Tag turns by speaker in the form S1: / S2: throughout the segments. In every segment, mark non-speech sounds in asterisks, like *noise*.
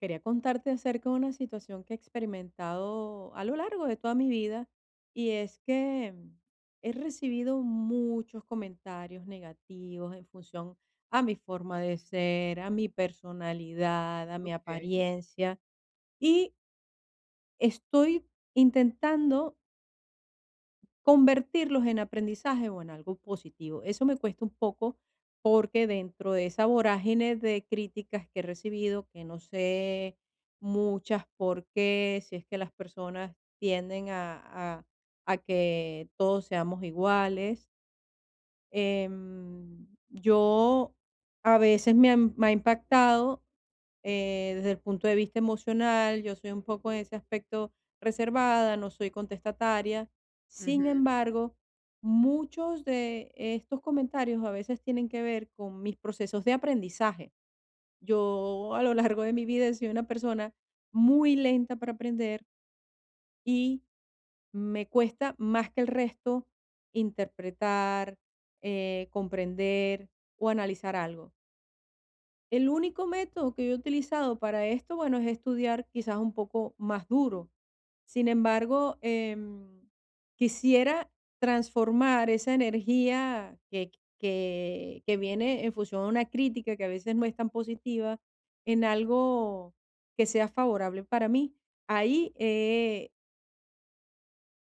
S1: Quería contarte acerca de una situación que he experimentado a lo largo de toda mi vida y es que he recibido muchos comentarios negativos en función a mi forma de ser, a mi personalidad, a mi
S2: Okey.
S1: apariencia y estoy intentando convertirlos en aprendizaje o en algo positivo. Eso me cuesta un poco porque dentro de esa vorágine de críticas que he recibido, que no sé muchas por qué, si es que las personas tienden a- a que todos seamos iguales. Yo a veces me ha impactado desde el punto de vista emocional. Yo soy un poco en ese aspecto reservada, no soy contestataria. Sin
S2: Ujú,
S1: embargo, muchos de estos comentarios a veces tienen que ver con mis procesos de aprendizaje. Yo a lo largo de mi vida he sido una persona muy lenta para aprender y me cuesta más que el resto interpretar, comprender o analizar algo. El único método que yo he utilizado para esto, bueno, es estudiar quizás un poco más duro. Sin embargo, quisiera transformar esa energía que viene en función a una crítica que a veces no es tan positiva en algo que sea favorable para mí. Ahí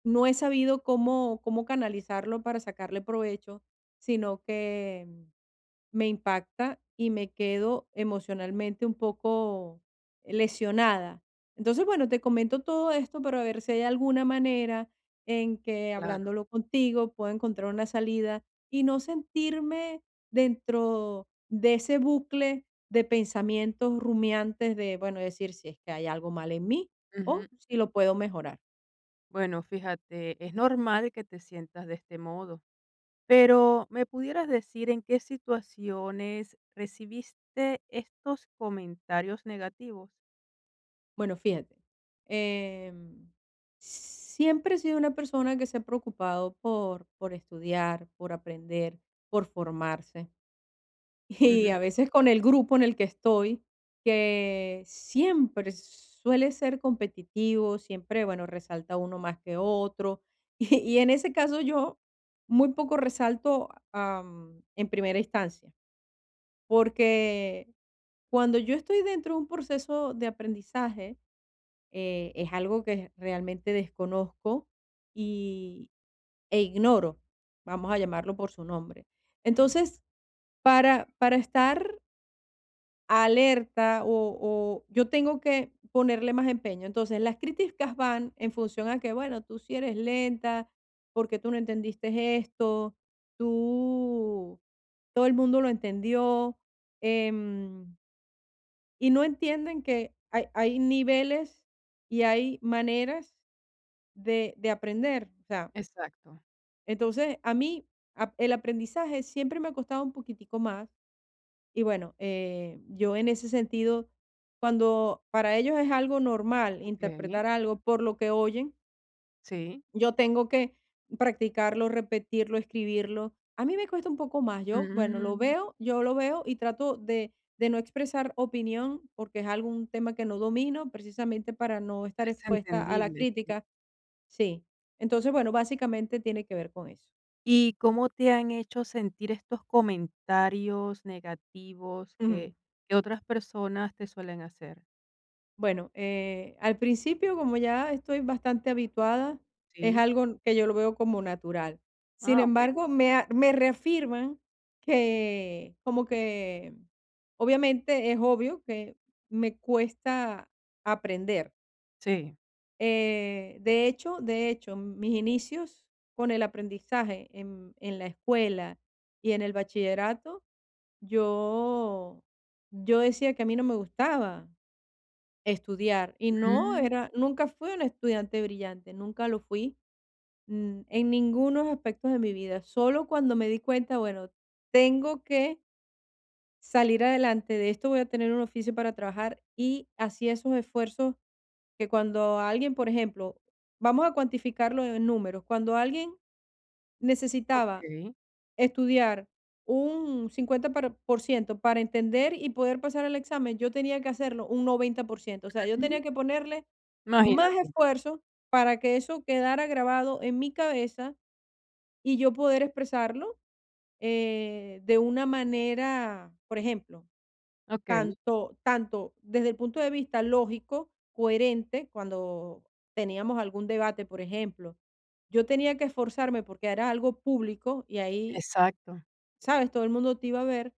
S1: no he sabido cómo canalizarlo para sacarle provecho, sino que me impacta y me quedo emocionalmente un poco lesionada. Entonces, bueno, te comento todo esto para ver si hay alguna manera en que
S2: claro.
S1: hablándolo contigo pueda encontrar una salida y no sentirme dentro de ese bucle de pensamientos rumiantes de, bueno, decir si es que hay algo mal en mí o
S2: Ujú.
S1: si lo puedo mejorar.
S2: Bueno, fíjate, es normal que te sientas de este modo, pero ¿me pudieras decir en qué situaciones recibiste estos comentarios negativos?
S1: Bueno, fíjate, em, siempre he sido una persona que se ha preocupado por estudiar, por aprender, por formarse. *laughs* Y
S2: Ujú,
S1: a veces con el grupo en el que estoy, que siempre suele ser competitivo, siempre, bueno, resalta uno más que otro. *laughs* Y en ese caso yo muy poco resalto am, en primera instancia, porque cuando yo estoy dentro de un proceso de aprendizaje, es algo que realmente desconozco y, e ignoro, vamos a llamarlo por su nombre. Entonces, para estar alerta o yo tengo que ponerle más empeño. Entonces, las críticas van en función a que, bueno, tú si eres lenta, porque tú no entendiste esto, tú, todo el mundo lo entendió, em, y no entienden que hay niveles y hay maneras de aprender. O sea,
S2: exacto.
S1: entonces a mí ap el aprendizaje siempre me ha costado un poquitico más y bueno, yo en ese sentido, cuando para ellos es algo normal
S2: Okey,
S1: interpretar algo por lo que oyen,
S2: sí.
S1: yo tengo que practicarlo, repetirlo, escribirlo. A mí me cuesta un poco más. Yo, bueno, lo
S2: Mm,
S1: veo, yo lo veo y trato de no expresar opinión porque es algún tema que no domino, precisamente para no estar
S2: es
S1: expuesta a la
S2: entendible, sí.
S1: crítica. Sí. Entonces, bueno, básicamente tiene que ver con eso.
S2: ¿Y cómo te han hecho sentir estos comentarios negativos
S1: Ujú.
S2: que otras personas te suelen hacer?
S1: Bueno, al principio, como ya estoy bastante habituada, es
S2: Sí.
S1: algo que yo lo veo como natural. Sin
S2: Ah, bueno.
S1: embargo, me reafirman que como que obviamente es obvio que me cuesta aprender.
S2: Sí.
S1: De hecho, mis inicios con el aprendizaje en la escuela y en el bachillerato Yo yo decía que a mí no me gustaba estudiar, y no
S2: Mm,
S1: era nunca fui una estudiante brillante, nunca lo fui, mm, en ningunos aspectos de mi vida. Solo cuando me di cuenta, bueno, tengo que salir adelante, de esto voy a tener un oficio para trabajar, y hacía esos esfuerzos que cuando alguien, por ejemplo, vamos a cuantificarlo en números, cuando alguien necesitaba
S2: okey.
S1: estudiar un 50 par por ciento para entender y poder pasar el examen, yo tenía que hacerlo un 90%. O sea, yo tenía
S2: Ujú.
S1: que ponerle más
S2: Imagínate.
S1: esfuerzo para que eso quedara grabado en mi cabeza y yo poder expresarlo de una manera, por ejemplo,
S2: Okey,
S1: tanto desde el punto de vista lógico, coherente, cuando teníamos algún debate, por ejemplo, yo tenía que esforzarme porque era algo público y ahí
S2: exacto.
S1: ¿sabes? Todo el mundo te iba a ver.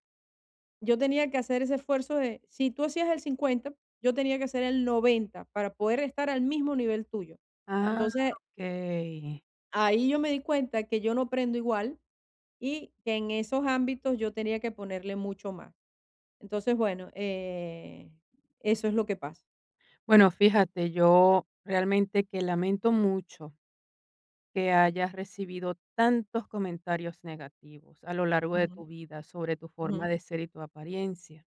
S1: Yo tenía que hacer ese esfuerzo de, si tú hacías el 50, yo tenía que hacer el 90 para poder estar al mismo nivel tuyo.
S2: Ah,
S1: Entonces,
S2: okey.
S1: ahí yo me di cuenta que yo no aprendo igual y que en esos ámbitos yo tenía que ponerle mucho más. Entonces, bueno, eso es lo que pasa.
S2: Bueno, fíjate, yo realmente que lamento mucho que hayas recibido tantos comentarios negativos a lo largo de
S1: Ujú,
S2: tu vida sobre tu forma
S1: ujú,
S2: de ser y tu apariencia.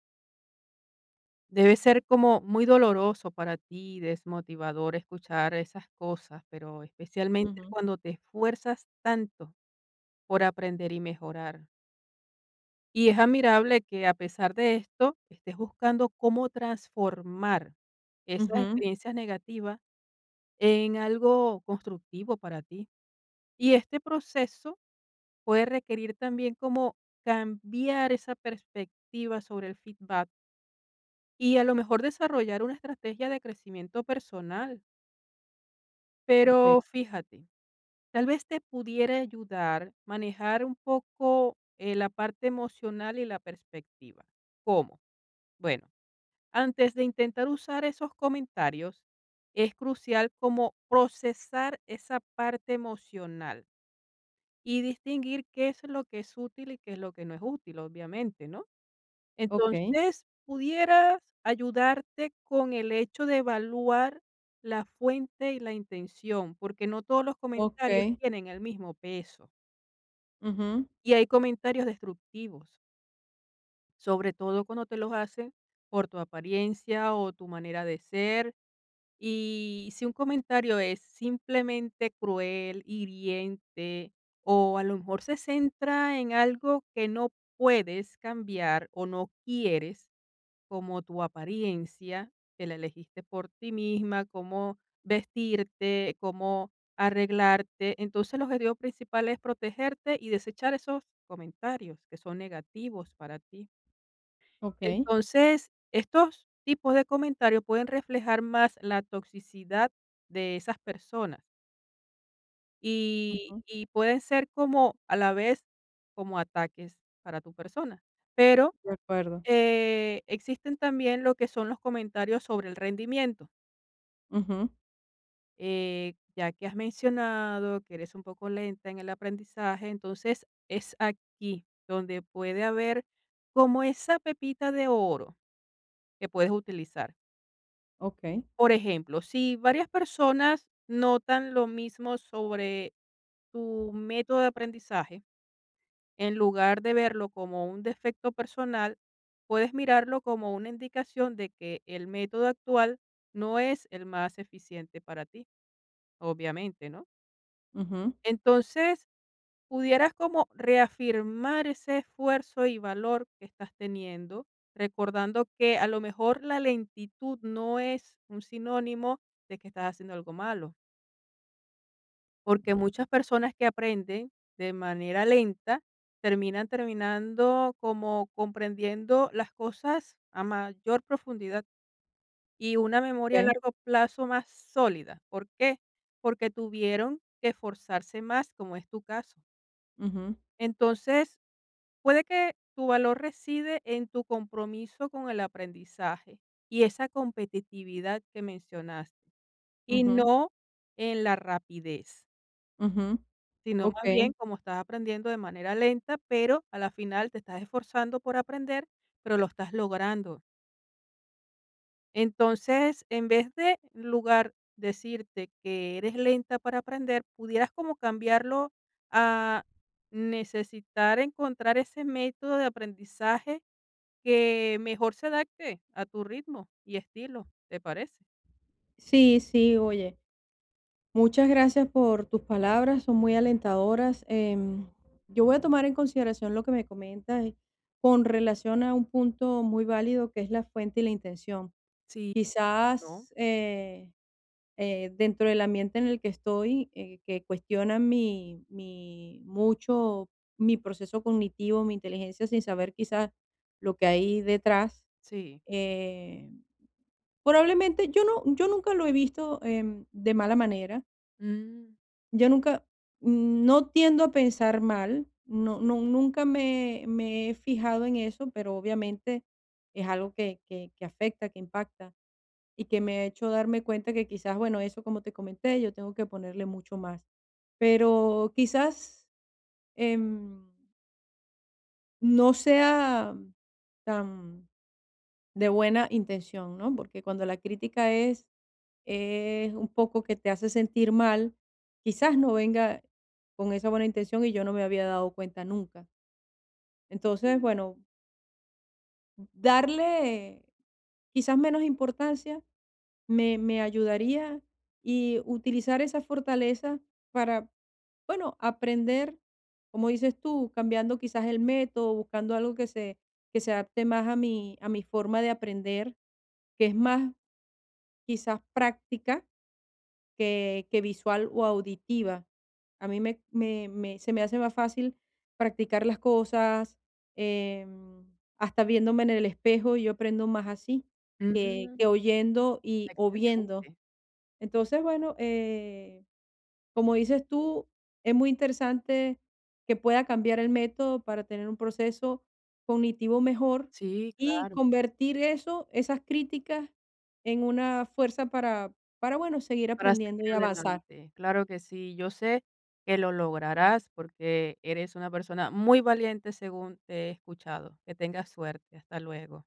S2: Debe ser como muy doloroso para ti y desmotivador escuchar esas cosas, pero especialmente
S1: ujú,
S2: cuando te esfuerzas tanto por aprender y mejorar. Y es admirable que a pesar de esto, estés buscando cómo transformar esas
S1: ujú.
S2: experiencias negativas en algo constructivo para ti. Y este proceso puede requerir también como cambiar esa perspectiva sobre el feedback y a lo mejor desarrollar una estrategia de crecimiento personal.
S1: Okey,
S2: Pero fíjate, tal vez te pudiera ayudar manejar un poco la parte emocional y la perspectiva. ¿Cómo? Bueno, antes de intentar usar esos comentarios, es crucial como procesar esa parte emocional y distinguir qué es lo que es útil y qué es lo que no es útil, obviamente, ¿no?
S1: okey,
S2: Entonces, pudieras ayudarte con el hecho de evaluar la fuente y la intención, porque no todos los comentarios
S1: okey,
S2: tienen el mismo peso.
S1: ujú,
S2: Y hay comentarios destructivos, sobre todo cuando te los hacen por tu apariencia o tu manera de ser. Y si un comentario es simplemente cruel, hiriente, o a lo mejor se centra en algo que no puedes cambiar o no quieres, como tu apariencia, que la elegiste por ti misma, cómo vestirte, cómo arreglarte, entonces el objetivo principal es protegerte y desechar esos comentarios que son negativos para ti.
S1: okey,
S2: Entonces, estos tipos de comentarios pueden reflejar más la toxicidad de esas personas y
S1: ujú,
S2: y pueden ser como, a la vez, como ataques para tu persona. Pero
S1: de acuerdo.
S2: existen también lo que son los comentarios sobre el rendimiento.
S1: Ujú,
S2: Ya que has mencionado que eres un poco lenta en el aprendizaje, entonces es aquí donde puede haber como esa pepita de oro que puedes utilizar.
S1: okey,
S2: Por ejemplo, si varias personas notan lo mismo sobre tu método de aprendizaje, en lugar de verlo como un defecto personal, puedes mirarlo como una indicación de que el método actual no es el más eficiente para ti, obviamente, ¿no?
S1: ujú,
S2: Entonces, pudieras como reafirmar ese esfuerzo y valor que estás teniendo, recordando que a lo mejor la lentitud no es un sinónimo de que estás haciendo algo malo. Porque muchas personas que aprenden de manera lenta terminan terminando como comprendiendo las cosas a mayor profundidad y una memoria a
S1: okey,
S2: largo plazo más sólida. ¿Por qué? Porque tuvieron que esforzarse más, como es tu caso.
S1: ujú,
S2: Entonces, puede que tu valor reside en tu compromiso con el aprendizaje y esa competitividad que mencionaste, y
S1: ujú.
S2: no en la rapidez.
S1: Ujú,
S2: Sino más
S1: okey.
S2: bien, como estás aprendiendo de manera lenta, pero a la final te estás esforzando por aprender, pero lo estás logrando. Entonces, en vez de en lugar decirte que eres lenta para aprender, pudieras como cambiarlo a necesitar encontrar ese método de aprendizaje que mejor se adapte a tu ritmo y estilo, ¿te parece?
S1: Sí, sí, oye, muchas gracias por tus palabras, son muy alentadoras. Yo voy a tomar en consideración lo que me comentas, con relación a un punto muy válido que es la fuente y la intención.
S2: Sí. ¿No?
S1: Quizás, dentro del ambiente en el que estoy, que cuestionan mi mi mucho mi proceso cognitivo, mi inteligencia, sin saber quizás lo que hay detrás.
S2: Sí.
S1: Eh, probablemente yo nunca lo he visto, de mala manera.
S2: Mm,
S1: Yo nunca mm, no tiendo a pensar mal, nunca me he fijado en eso, pero obviamente es algo que afecta, que impacta y que me ha hecho darme cuenta que quizás, bueno, eso como te comenté, yo tengo que ponerle mucho más. Pero quizás, em, no sea tan de buena intención, ¿no? Porque cuando es un poco que te hace sentir mal, quizás no venga con esa buena intención y yo no me había dado cuenta nunca. Entonces,
S2: sí.
S1: bueno, darle quizás menos importancia me ayudaría y utilizar esa fortaleza para, bueno, aprender, como dices tú, cambiando quizás el método, buscando algo que se adapte más a a mi forma de aprender, que es más quizás práctica que visual o auditiva. A mí me me me se me hace más fácil practicar las cosas, em, hasta viéndome en el espejo, yo aprendo más así
S2: Mm,
S1: que oyendo y o viendo.
S2: excelente.
S1: Entonces, bueno, como dices tú, es muy interesante que pueda cambiar el método para tener un proceso cognitivo mejor
S2: Sí,
S1: y
S2: claro.
S1: convertir eso, esas críticas en una fuerza para, bueno, seguir
S2: Para seguir
S1: aprendiendo y avanzar.
S2: adelante. Claro que sí, yo sé que lo lograrás porque eres una persona muy valiente según te he escuchado. Que tengas suerte. Hasta luego.